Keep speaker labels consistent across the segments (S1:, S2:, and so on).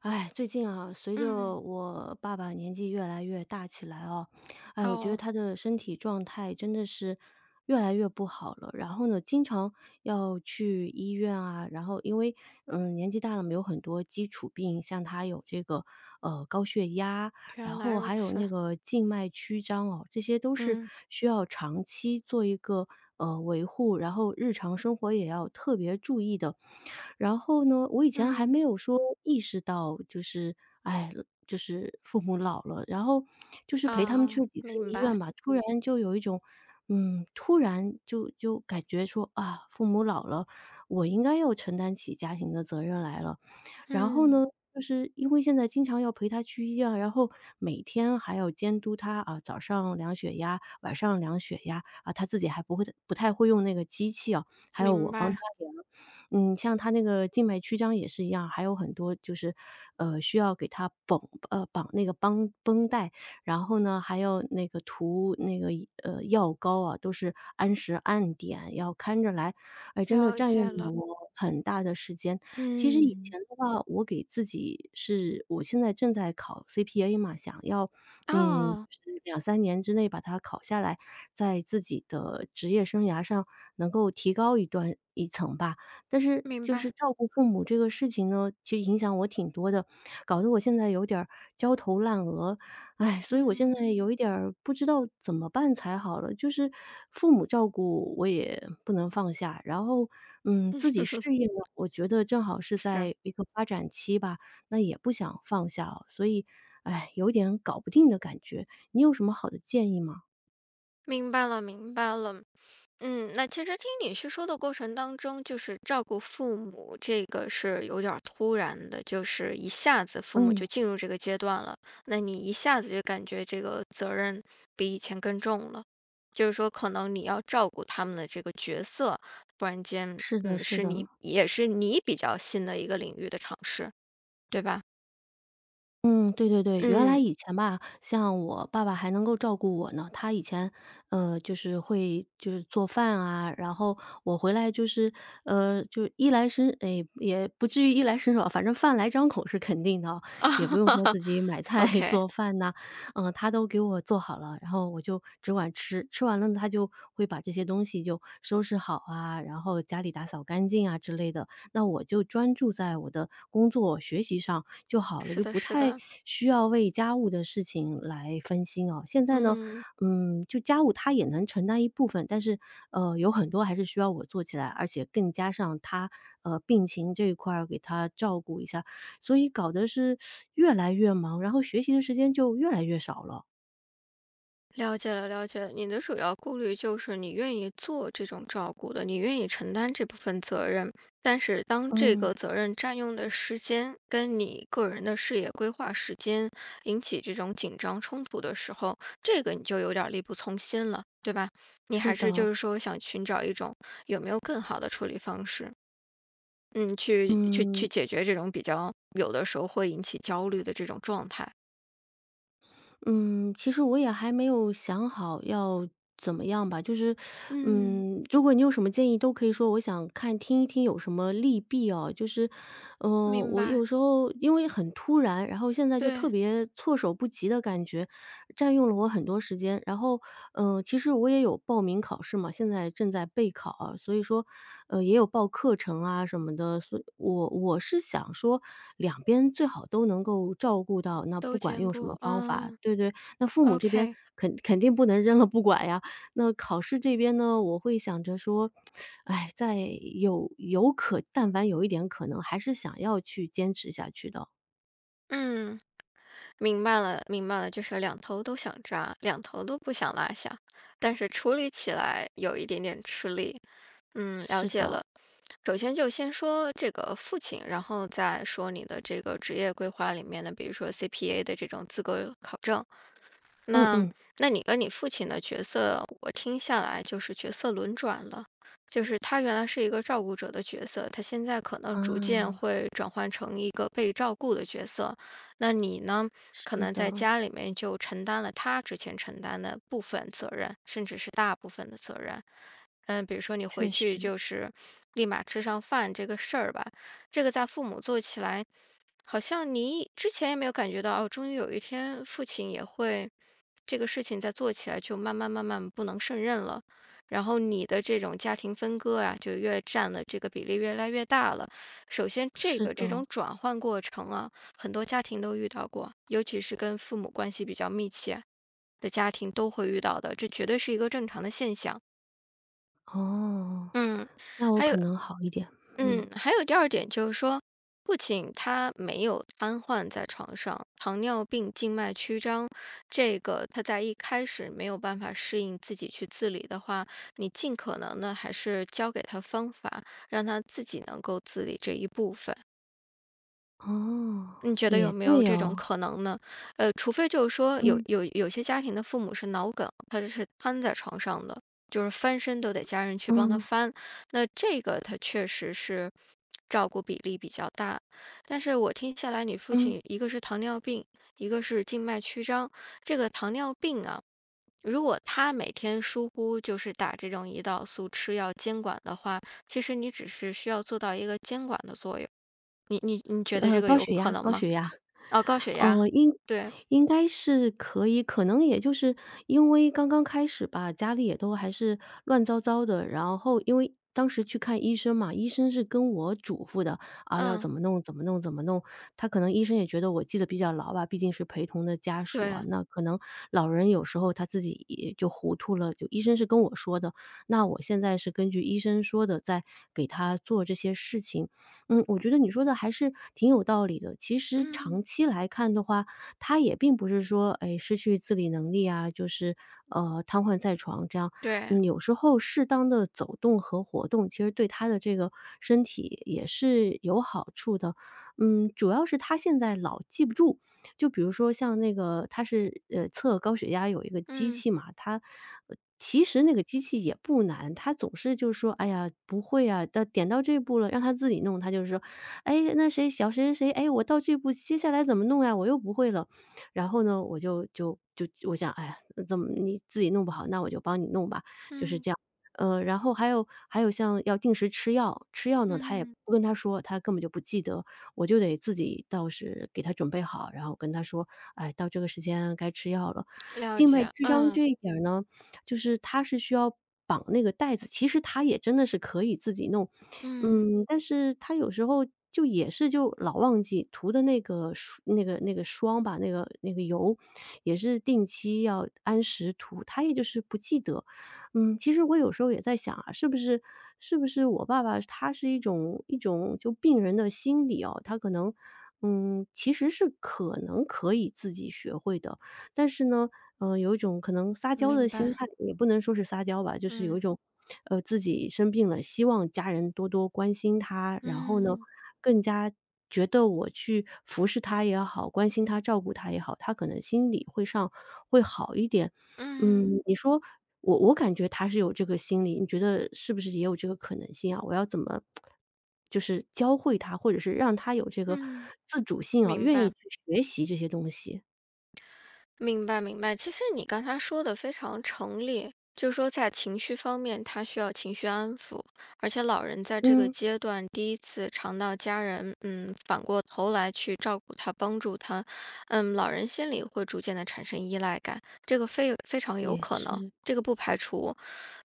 S1: 哎，最近啊，随着
S2: 嗯，
S1: 我爸爸年纪越来越大起来哦，哎，我觉得
S2: 哦，
S1: 他的身体状态真的是越来越不好了。然后呢，经常要去医院啊，然后因为年纪大了嘛，有很多基础病，像他有这个高血压，然
S2: 原来
S1: 后
S2: 如
S1: 还有
S2: 此。
S1: 那个静脉曲张哦，这些都是
S2: 嗯
S1: 需要长期做一个维护，然后日常生活也要特别注意的。然后呢，我以前还没
S2: 嗯，
S1: 有说意识到，就是，哎，就是父母老了，然后就是陪他们去了
S2: 啊，
S1: 几次
S2: 明
S1: 医
S2: 白。
S1: 院吧，突然就有一种，嗯，突然就感觉说啊，父母老了，我应该要承担起家庭的责任来了。然后
S2: 嗯，
S1: 呢，就是因为现在经常要陪他去医院，然后每天还要监督他啊，早上量血压，晚上量血压啊，他自己还不会不太会用那个机器啊，还有
S2: 明
S1: 我帮他
S2: 白，
S1: 量。嗯，像他那个静脉曲张也是一样，还有很多就是，需要给他绑绑那个绷带，然后呢还要那个涂那个药膏啊，都是按时按点要看着来，哎，真的
S2: 了
S1: 占用
S2: 解
S1: 了
S2: 了。
S1: 我很大的时间。其实以
S2: 嗯，
S1: 前的话，我给自己是我现在正在考 CPA 嘛，想要，嗯，
S2: 哦，
S1: 就是两三年之内把它考下来，在自己的职业生涯上能够提高一层吧。但是
S2: 明
S1: 就是
S2: 白。
S1: 照顾父母这个事情呢，其实影响我挺多的，搞得我现在有点儿焦头烂额。哎，所以我现
S2: 嗯，
S1: 在有一点儿不知道怎么办才好了。就是父母照顾我也不能放下，然后，嗯，自己事 业呢，我觉得正好是
S2: 是，
S1: 在一个发展期吧，那也不想放下哦。所以，哎，有点搞不定的感觉。你有什么好的建议吗？
S2: 明白了，明白了。嗯，那其实听你叙说的过程当中，就是照顾父母，这个是有点儿突然的，就是一下子父母
S1: 嗯，
S2: 就进入这个阶段了，那你一下子就感觉这个责任比以前更重了，就是说可能你要照顾他们的这个角色，突然间，
S1: 是的，
S2: 嗯，
S1: 是
S2: 是你
S1: 的。
S2: 也是你比较新的一个领域的尝试，对吧？
S1: 嗯，对对对，原来
S2: 嗯
S1: 以前吧，像我爸爸还能够照顾我呢。他以前，就是会就是做饭啊，然后我回来就是，就衣来伸，哎，也不至于衣来伸手，反正饭来张口是肯定的啊。也不
S2: ，OK，
S1: 用说自己买菜
S2: 啊。
S1: 做饭呐，嗯，他都给我做好了，然后我就只管吃，吃完了他就会把这些东西就收拾好啊，然后家里打扫干净啊之类的。那我就专注在我的工作学习上就好了，
S2: 是
S1: 就
S2: 的，
S1: 不
S2: 是
S1: 太
S2: 的，
S1: 需要为家务的事情来分心哦。现在呢，
S2: 嗯。
S1: 嗯，就家务他也能承担一部分，但是有很多还是需要我做起来，而且更加上他病情这一块儿给他照顾一下，所以搞得是越来越忙，然后学习的时间就越来越少了。
S2: 了解了，了解了你的主要顾虑就是你愿意做这种照顾的，你愿意承担这部分责任，但是当这
S1: 嗯，
S2: 个责任占用的时间跟你个人的事业规划时间引起这种紧张冲突的时候，这个你就有点儿力不从心了，对吧？你
S1: 是
S2: 还是就
S1: 的，
S2: 是说想寻找一种有没有更好的处理方式，嗯，去
S1: 嗯。
S2: 解决这种比较有的时候会引起焦虑的这种状态。
S1: 嗯，其实我也还没有想好要怎么样吧，就是，
S2: 嗯，
S1: 嗯，如果你有什么建议，都可以说。我想看听一听有什么利弊哦，就是，嗯、
S2: 明
S1: 我
S2: 白，
S1: 有时候因为很突然，然后现在就
S2: 对，
S1: 特别措手不及的感觉，占用了我很多时间。然后，嗯，其实我也有报名考试嘛，现在正在备考啊，所以说，也有报课程啊什么的。所以我是想说，两边最好都能够照顾到，那不
S2: 都
S1: 管
S2: 兼
S1: 用什么
S2: 顾，
S1: 方法，
S2: 嗯。
S1: 对对。那父母这边
S2: OK，
S1: 肯定不能扔了不管呀。那考试这边呢，我会想着说，哎，在有有可，但凡有一点可能，还是想要去坚持下去的。
S2: 嗯，明白了，明白了，就是两头都想抓，两头都不想落下，但是处理起来有一点点吃力。嗯，了
S1: 是
S2: 解
S1: 的，
S2: 了。首先就先说这个父亲，然后再说你的这个职业规划里面的，比如说 CPA 的这种资格考证。
S1: 嗯
S2: 那
S1: 嗯，
S2: 那你跟你父亲的角色，我听下来就是角色轮转了，就是他原来是一个照顾者的角色，他现在可能
S1: 啊，
S2: 逐渐会转换成一个被照顾的角色。那你呢，可
S1: 是
S2: 能在
S1: 的。
S2: 家里面就承担了他之前承担的部分责任，甚至是大部分的责任。嗯，比如说你回
S1: 确
S2: 去
S1: 实，
S2: 就是立马吃上饭这个事儿吧，这个在父母做起来。好像你之前也没有感觉到，哦，终于有一天父亲也会这个事情再做起来，就慢慢慢慢不能胜任了。然后你的这种家庭分割啊，就越占的这个比例越来越大了。首先，这
S1: 是
S2: 个这
S1: 的，
S2: 种转换过程啊，很多家庭都遇到过，尤其是跟父母关系比较密切的家庭都会遇到的，这绝对是一个正常的现象。
S1: 哦，
S2: 嗯，
S1: 那我
S2: 还
S1: 可
S2: 有
S1: 能好一点，嗯，
S2: 嗯，还有第二点就是说，不仅他没有瘫痪在床上，糖尿病静脉曲张，这个他在一开始没有办法适应自己去自理的话，你尽可能的还是教给他方法，让他自己能够自理这一部分。
S1: 哦，
S2: 你觉得有
S1: 也
S2: 没有
S1: 对
S2: 这种
S1: 哦，
S2: 可能呢？呃，除非就是说有
S1: 嗯，
S2: 有有些家庭的父母是脑梗，他就是瘫在床上的，就是翻身都得家人去帮他
S1: 嗯，
S2: 翻，那这个他确实是照顾比例比较大。但是我听下来，你父
S1: 嗯。
S2: 亲一个是糖尿病，一个是静脉曲张。这个糖尿病啊，如果他每天疏忽就是打这种胰岛素吃药监管的话，其实你只是需要做到一个监管的作用。你
S1: 对
S2: 觉得这
S1: 呃，
S2: 个
S1: 高
S2: 有
S1: 血
S2: 可
S1: 压
S2: 能
S1: 高
S2: 吗？
S1: 血压。
S2: 哦，高血压，
S1: 哦，应
S2: 对，
S1: 应该是可以，可能也就是因为刚刚开始吧，家里也都还是乱糟糟的，然后因为当时去看医生嘛，医生是跟我嘱咐的，啊，要
S2: 嗯，
S1: 怎么弄怎么弄怎么弄。他可能医生也觉得我记得比较牢吧，毕竟是陪同的家属啊，
S2: 对，
S1: 那可能老人有时候他自己也就糊涂了，就医生是跟我说的，那我现在是根据医生说的在给他做这些事情。嗯，我觉得你说的还是挺有道理的。其实长
S2: 嗯，
S1: 期来看的话，他也并不是说，哎，失去自理能力啊，就是瘫痪在床这样。
S2: 对，
S1: 嗯，有时候适当的走动和活动，其实对他的这个身体也是有好处的。嗯，主要是他现在老记不住，就比如说像那个他是，测高血压有一个机
S2: 嗯，
S1: 器嘛，他其实那个机器也不难，他总是就说："哎呀，不会啊，到点到这步了。"让他自己弄，他就说："哎，那谁小谁谁谁，哎，我到这步，接下来怎么弄呀？我又不会了。"然后呢，我就我想："哎呀，怎么你自己弄不好，那我就帮你弄吧。"就是
S2: 嗯，
S1: 这样。呃，然后还有像要定时吃药，吃药呢，他也
S2: 嗯，
S1: 不跟他说，他根本就不记得。我就得自己倒是给他准备好，然后跟他说："哎，到这个时间该吃药了。"
S2: 了
S1: 静脉
S2: 解，
S1: 曲张
S2: 嗯，
S1: 这一点儿呢，就是他是需要绑那个带子，其实他也真的是可以自己弄，
S2: 嗯，
S1: 嗯，但是他有时候就也是就老忘记涂的那个霜那个霜吧，那个油也是定期要按时涂，他也就是不记得。嗯，其实我有时候也在想啊，是不是我爸爸他是一种就病人的心理哦，他可能，嗯，其实是可能可以自己学会的，但是呢，嗯，有一种可能撒娇的
S2: 明
S1: 心
S2: 白，
S1: 态，也不能说是撒娇吧，就是有一
S2: 嗯，
S1: 种，自己生病了，希望家人多多关心他，然后呢，
S2: 嗯，
S1: 更加觉得我去服侍他也好，关心他、照顾他也好，他可能心理会上会好一点。
S2: 嗯，
S1: 嗯，你说我感觉他是有这个心理，你觉得是不是也有这个可能性啊？我要怎么就是教会他，或者是让他有这个
S2: 嗯，
S1: 自主性啊，
S2: 明
S1: 愿意
S2: 白。
S1: 去学习这些东西？
S2: 明白明白，其实你刚才说的非常成立，就是说在情绪方面，他需要情绪安抚，而且老人在这个
S1: 嗯。
S2: 阶段第一次尝到家人，嗯，反过头来去照顾他、帮助他，嗯，老人心里会逐渐的产生依赖感，这个非常有
S1: 也
S2: 可能，
S1: 是。
S2: 这个不排除。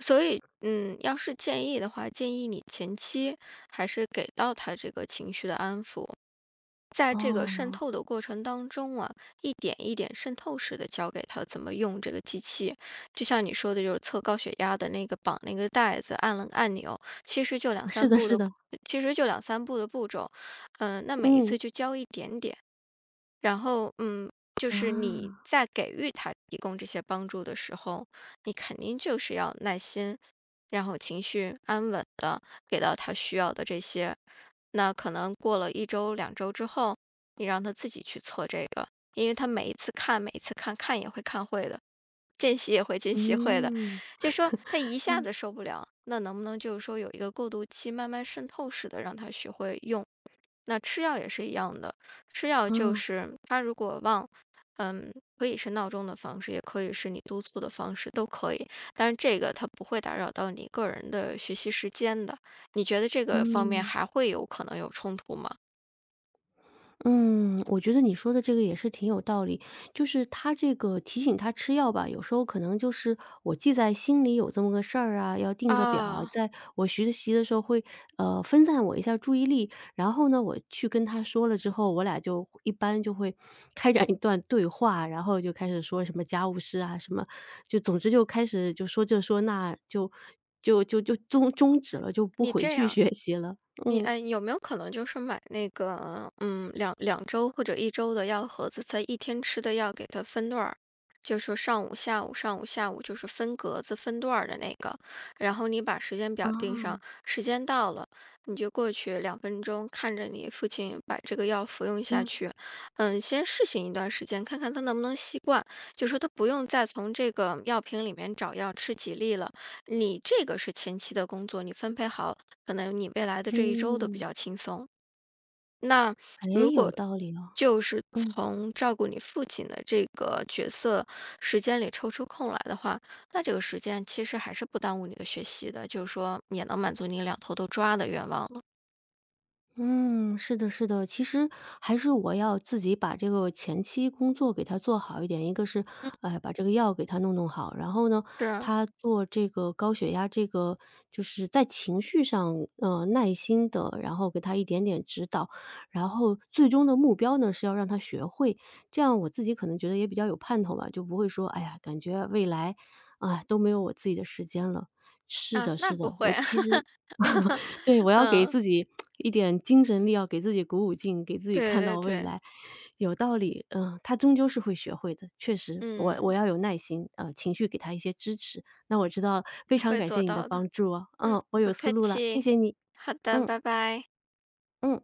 S2: 所以，嗯，要是建议的话，建议你前期还是给到他这个情绪的安抚，在这个渗
S1: 哦，
S2: 透的过程当中啊，一点一点渗透式的教给他怎么用这个机器。就像你说的，就是测高血压的那个绑那个带子，按了按钮，其实就两
S1: 是
S2: 三
S1: 的
S2: 步
S1: 是
S2: 的，
S1: 的，
S2: 其实就两三步的步骤。嗯、那每一次
S1: 嗯，
S2: 就教一点点。然后，嗯，就是你
S1: 啊，
S2: 在给予他提供这些帮助的时候，你肯定就是要耐心，然后情绪安稳的给到他需要的这些。那可能过了一周、两周之后，你让他自己去测这个，因为他每一次看，每一次看看也会看会的。见习也会，见习会的。
S1: 嗯，
S2: 就说他一下子受不了，那能不能就是说有一个过渡期，慢慢渗透式的让他学会用？那吃药也是一样的，吃药
S1: 啊，
S2: 就是他如果忘，嗯，可以是闹钟的方式，也可以是你督促的方式，都可以。但是这个它不会打扰到你个人的学习时间的。你觉得这个方面
S1: 嗯。
S2: 还会有可能有冲突吗？
S1: 嗯，我觉得你说的这个也是挺有道理，就是他这个提醒他吃药吧，有时候可能就是我记在心里有这么个事儿啊，要定个表啊
S2: 啊，
S1: 在我学习的时候会分散我一下注意力，然后呢，我去跟他说了之后，我俩就一般就会 开展一段对话，然后就开始说什么家务事啊，什么就总之就开始就说这说那，就终止了，就不
S2: 你
S1: 回
S2: 这
S1: 去
S2: 样。
S1: 学习了。
S2: 你
S1: 嗯
S2: 哎，有没有可能就是买那个，嗯，两周或者一周的药盒子，在一天吃的药给它分段儿，就是说上午、下午、上午、下午，就是分格子、分段儿的那个，然后你把时间表定上，
S1: 啊，
S2: 时间到了你就过去2分钟，看着你父亲把这个药服用下
S1: 嗯
S2: 去，嗯，先试行一段时间，看看他能不能习惯，就说他不用再从这个药瓶里面找药吃几粒了，你这个是前期的工作，你分配好。可能你未来的这一周都比
S1: 嗯。
S2: 较轻松。那
S1: 哎，
S2: 如
S1: 有
S2: 果
S1: 道理哦。
S2: 就是
S1: 嗯，
S2: 从照顾你父亲的这个角色时间里抽出空来的话，那这个时间其实还是不耽误你的学习的，就是说也能满足你两头都抓的愿望了。
S1: 嗯，是的，是的。其实还是我要自己把这个前期工作给他做好一点。一个是，哎，把这个药给他弄好，然后呢，
S2: 是
S1: 他做这个高血压这个就是在情绪上，耐心的，然后给他一点点指导，然后最终的目标呢，是要让他学会。这样我自己可能觉得也比较有盼头吧，就不会说，哎呀，感觉未来，啊，都没有我自己的时间了。是
S2: 啊，
S1: 的，
S2: 那
S1: 是
S2: 不
S1: 的，
S2: 会，
S1: 我其实 对，我要给
S2: 嗯，
S1: 自己一点精神力，要给自己鼓舞劲，给自己
S2: 对
S1: 看
S2: 对
S1: 到未
S2: 对，
S1: 来。有道理，嗯，他终究是会学会的，确实，我
S2: 嗯，
S1: 要有耐心，情绪给他一些支持。那我知道，非
S2: 你
S1: 常
S2: 会
S1: 感谢
S2: 做
S1: 你的
S2: 到的，
S1: 帮助哦，
S2: 嗯，
S1: 嗯，
S2: 不
S1: 我有思
S2: 客
S1: 路了，谢
S2: 气，
S1: 谢你，
S2: 好的，
S1: 嗯
S2: 拜拜。
S1: 嗯。